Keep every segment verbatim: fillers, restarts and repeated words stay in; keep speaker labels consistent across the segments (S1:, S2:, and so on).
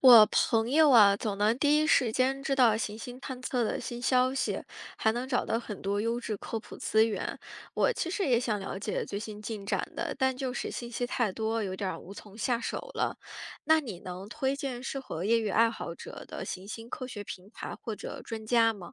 S1: 我朋友啊，总能第一时间知道行星探测的新消息，还能找到很多优质科普资源。我其实也想了解最新进展的，但就是信息太多，有点儿无从下手了。那你能推荐适合业余爱好者的行星科学平台或者专家吗？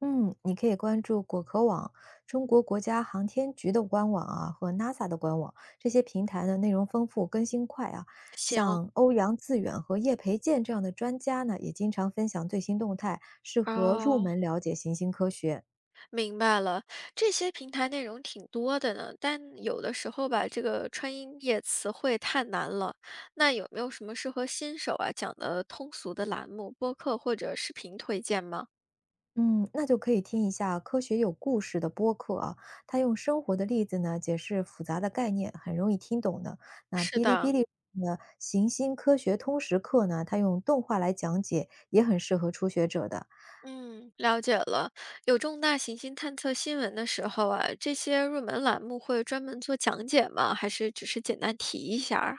S2: 嗯，你可以关注果壳网、中国国家航天局的官网啊和 N A S A 的官网，这些平台的内容丰富，更新快啊。
S1: 行。
S2: 像欧阳自远和叶培建这样的专家呢，也经常分享最新动态，适合入
S1: 哦，
S2: 门了解行星科学。
S1: 明白了，这些平台内容挺多的呢，但有的时候吧，这个川音业词汇太难了。那有没有什么适合新手啊讲的通俗的栏目、播客或者视频推荐吗？
S2: 嗯，那就可以听一下《科学有故事》的播客啊，他用生活的例子呢解释复杂的概念，很容易听懂的。那
S1: 是
S2: 哔哩哔
S1: 的。
S2: 哩的《行星科学通识课》呢，它用动画来讲解，也很适合初学者的。
S1: 嗯，了解了。有重大行星探测新闻的时候啊，这些入门栏目会专门做讲解吗？还是只是简单提一下儿？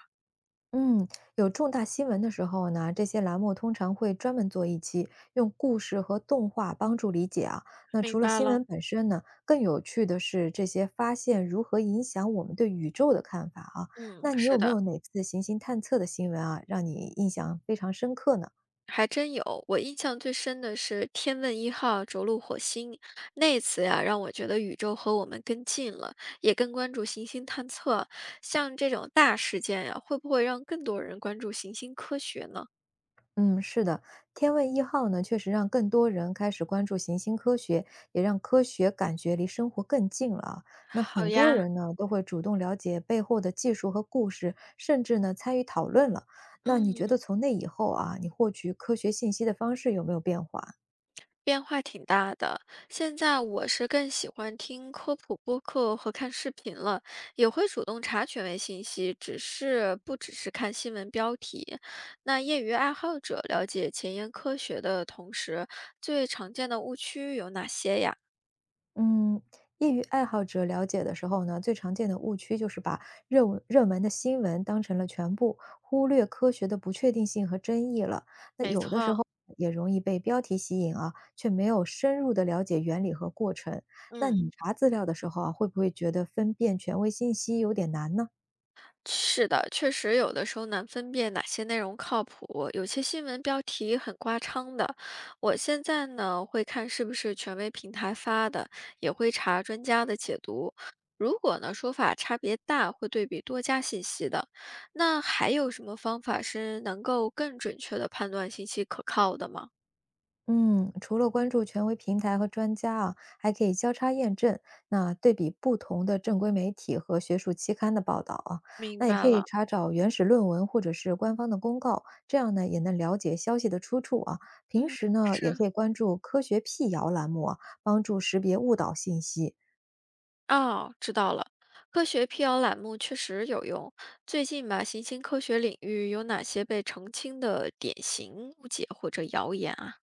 S2: 嗯，有重大新闻的时候呢，这些栏目通常会专门做一期，用故事和动画帮助理解啊。那除
S1: 明
S2: 了
S1: 白
S2: 新
S1: 了，
S2: 闻本身呢，更有趣的是这些发现如何影响我们对宇宙的看法啊。
S1: 嗯，
S2: 那你
S1: 是
S2: 有没
S1: 的。
S2: 有哪次行星探测的新闻啊，让你印象非常深刻呢？
S1: 还真有，我印象最深的是天问一号着陆火星那一次呀，让我觉得宇宙和我们更近了，也更关注行星探测。像这种大事件呀，会不会让更多人关注行星科学呢？
S2: 嗯，是的，天问一号呢，确实让更多人开始关注行星科学，也让科学感觉离生活更近了啊。那
S1: 好
S2: 很多
S1: 呀。
S2: 人呢，都会主动了解背后的技术和故事，甚至呢参与讨论了。那你觉
S1: 嗯，
S2: 得从那以后啊，你获取科学信息的方式有没有变化？
S1: 变化挺大的，现在我是更喜欢听科普播客和看视频了，也会主动查权威信息，只是不只是看新闻标题。那业余爱好者了解前沿科学的同时，最常见的误区有哪些呀？
S2: 嗯，业余爱好者了解的时候呢，最常见的误区就是把热文热门的新闻当成了全部，忽略科学的不确定性和争议了。那
S1: 没
S2: 有的时
S1: 错。
S2: 候也容易被标题吸引啊，却没有深入的了解原理和过程。那
S1: 嗯，
S2: 你查资料的时候啊，会不会觉得分辨权威信息有点难呢？
S1: 是的，确实有的时候难分辨哪些内容靠谱，有些新闻标题很夸张的。我现在呢会看是不是权威平台发的，也会查专家的解读。如果呢说法差别大，会对比多家信息的。那还有什么方法是能够更准确的判断信息可靠的吗？
S2: 嗯，除了关注权威平台和专家啊，还可以交叉验证，那对比不同的正规媒体和学术期刊的报道啊，那
S1: 明
S2: 也可
S1: 白
S2: 以
S1: 了，
S2: 查找原始论文或者是官方的公告，这样呢也能了解消息的出处啊。平
S1: 嗯，
S2: 时呢也
S1: 是。
S2: 可以关注科学辟谣栏目啊，帮助识别误导信息。
S1: 哦，知道了。科学辟谣栏目确实有用。最近吧，行星科学领域有哪些被澄清的典型误解或者谣言啊？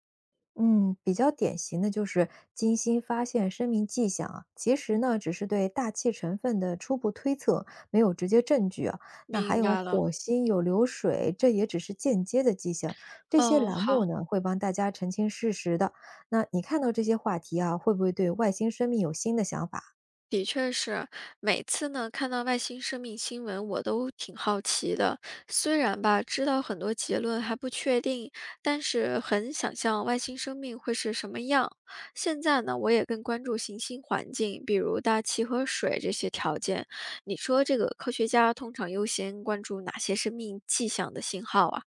S2: 嗯，比较典型的就是金星发现生命迹象啊，其实呢只是对大气成分的初步推测，没有直接证据啊。那还
S1: 明
S2: 有
S1: 白了。
S2: 火星有流水，这也只是间接的迹象。这些
S1: 哦，
S2: 栏
S1: 好。
S2: 目呢会帮大家澄清事实的。那你看到这些话题啊，会不会对外星生命有新的想法？
S1: 的确是，每次呢看到外星生命新闻，我都挺好奇的。虽然吧，知道很多结论还不确定，但是很想象外星生命会是什么样。现在呢，我也更关注行星环境，比如大气和水这些条件。你说这个科学家通常优先关注哪些生命迹象的信号啊？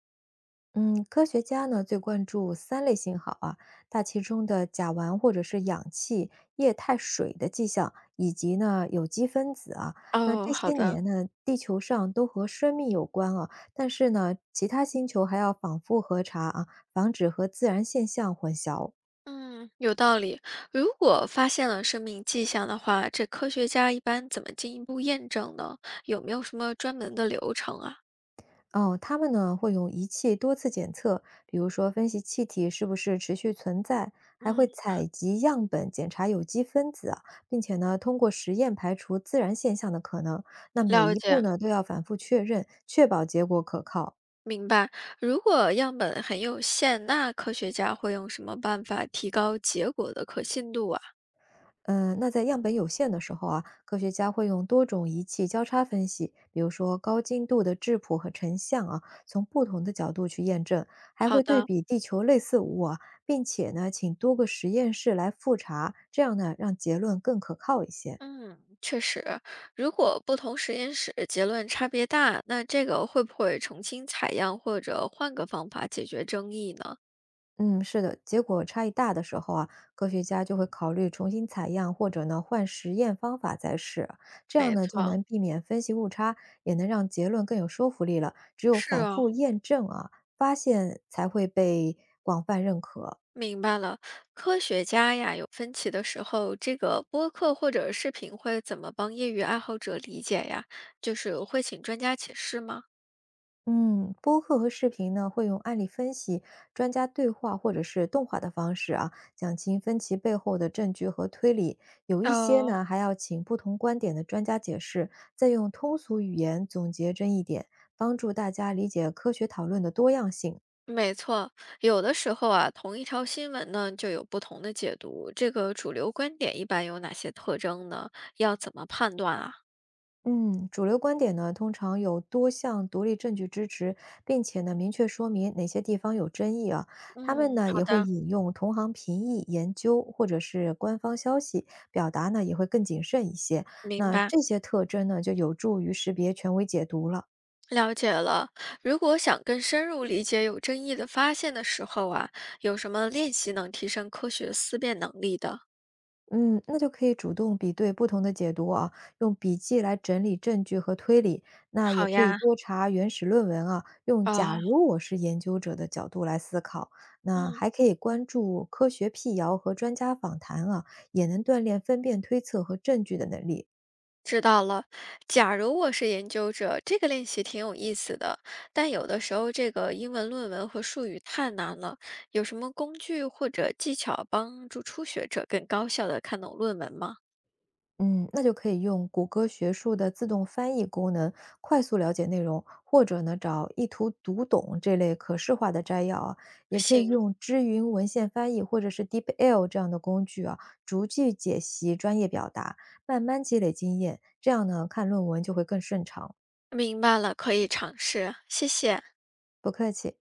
S2: 嗯，科学家呢最关注三类信号啊，大气中的甲烷或者是氧气、液态水的迹象，以及呢有机分子啊。那
S1: 哦，
S2: 这
S1: 好
S2: 些
S1: 的。
S2: 年呢，地球上都和生命有关啊，但是呢，其他星球还要反复核查啊，防止和自然现象混淆啊。
S1: 嗯，有道理。如果发现了生命迹象的话，这科学家一般怎么进一步验证呢？有没有什么专门的流程啊？
S2: 哦，他们呢会用仪器多次检测，比如说分析气体是不是持续存在，还会
S1: 嗯，
S2: 采集样本检查有机分子啊，并且呢通过实验排除自然现象的可能。那每
S1: 了
S2: 一步
S1: 解，
S2: 呢都要反复确认，确保结果可靠。
S1: 明白。如果样本很有限，那科学家会用什么办法提高结果的可信度啊？
S2: 嗯，那在样本有限的时候啊，科学家会用多种仪器交叉分析，比如说高精度的质谱和成像啊，从不同的角度去验证，还
S1: 好
S2: 会对
S1: 的，
S2: 比地球类似物啊，并且呢，请多个实验室来复查，这样呢，让结论更可靠一些。
S1: 嗯，确实，如果不同实验室结论差别大，那这个会不会重新采样或者换个方法解决争议呢？
S2: 嗯，是的，结果差异大的时候啊，科学家就会考虑重新采样，或者呢换实验方法再试，这样
S1: 没
S2: 呢就
S1: 错，
S2: 能避免分析误差，也能让结论更有说服力了。只有
S1: 是
S2: 反
S1: 啊。
S2: 复验证啊，发现才会被广泛认可。
S1: 明白了，科学家呀有分歧的时候，这个播客或者视频会怎么帮业余爱好者理解呀？就是会请专家解释吗？
S2: 嗯，播客和视频呢，会用案例分析、专家对话或者是动画的方式啊，讲清分歧背后的证据和推理。有一些
S1: 哦，
S2: 呢，还要请不同观点的专家解释，再用通俗语言总结争议点，帮助大家理解科学讨论的多样性。
S1: 没错，有的时候啊，同一条新闻呢就有不同的解读。这个主流观点一般有哪些特征呢？要怎么判断啊？
S2: 嗯，主流观点呢，通常有多项独立证据支持，并且呢，明确说明哪些地方有争议啊。他
S1: 嗯，
S2: 们呢，
S1: 好
S2: 也会
S1: 的，
S2: 引用同行评议、研究或者是官方消息，表达呢也会更谨慎一些。
S1: 明
S2: 那
S1: 白，
S2: 这些特征呢，就有助于识别权威解读了。
S1: 了解了。如果想更深入理解有争议的发现的时候啊，有什么练习能提升科学思辨能力的？
S2: 嗯，那就可以主动比对不同的解读啊，用笔记来整理证据和推理。那也
S1: 好
S2: 可以
S1: 呀，
S2: 多查原始论文啊，用“假
S1: 啊，
S2: 如我是研究者”的角度来思考。那
S1: 嗯，
S2: 还可以关注科学辟谣和专家访谈啊，也能锻炼分辨推测和证据的能力。
S1: 知道了。假如我是研究者，这个练习挺有意思的，但有的时候这个英文论文和术语太难了，有什么工具或者技巧帮助初学者更高效的看懂论文吗？
S2: 嗯，那就可以用谷歌学术的自动翻译功能快速了解内容，或者呢找一图读懂这类可视化的摘要啊，也可以
S1: 行，
S2: 用知云文献翻译或者是 D E P L 这样的工具啊，逐句解析专业表达，慢慢积累经验，这样呢看论文就会更顺畅。
S1: 明白了，可以尝试，谢谢。
S2: 不客气。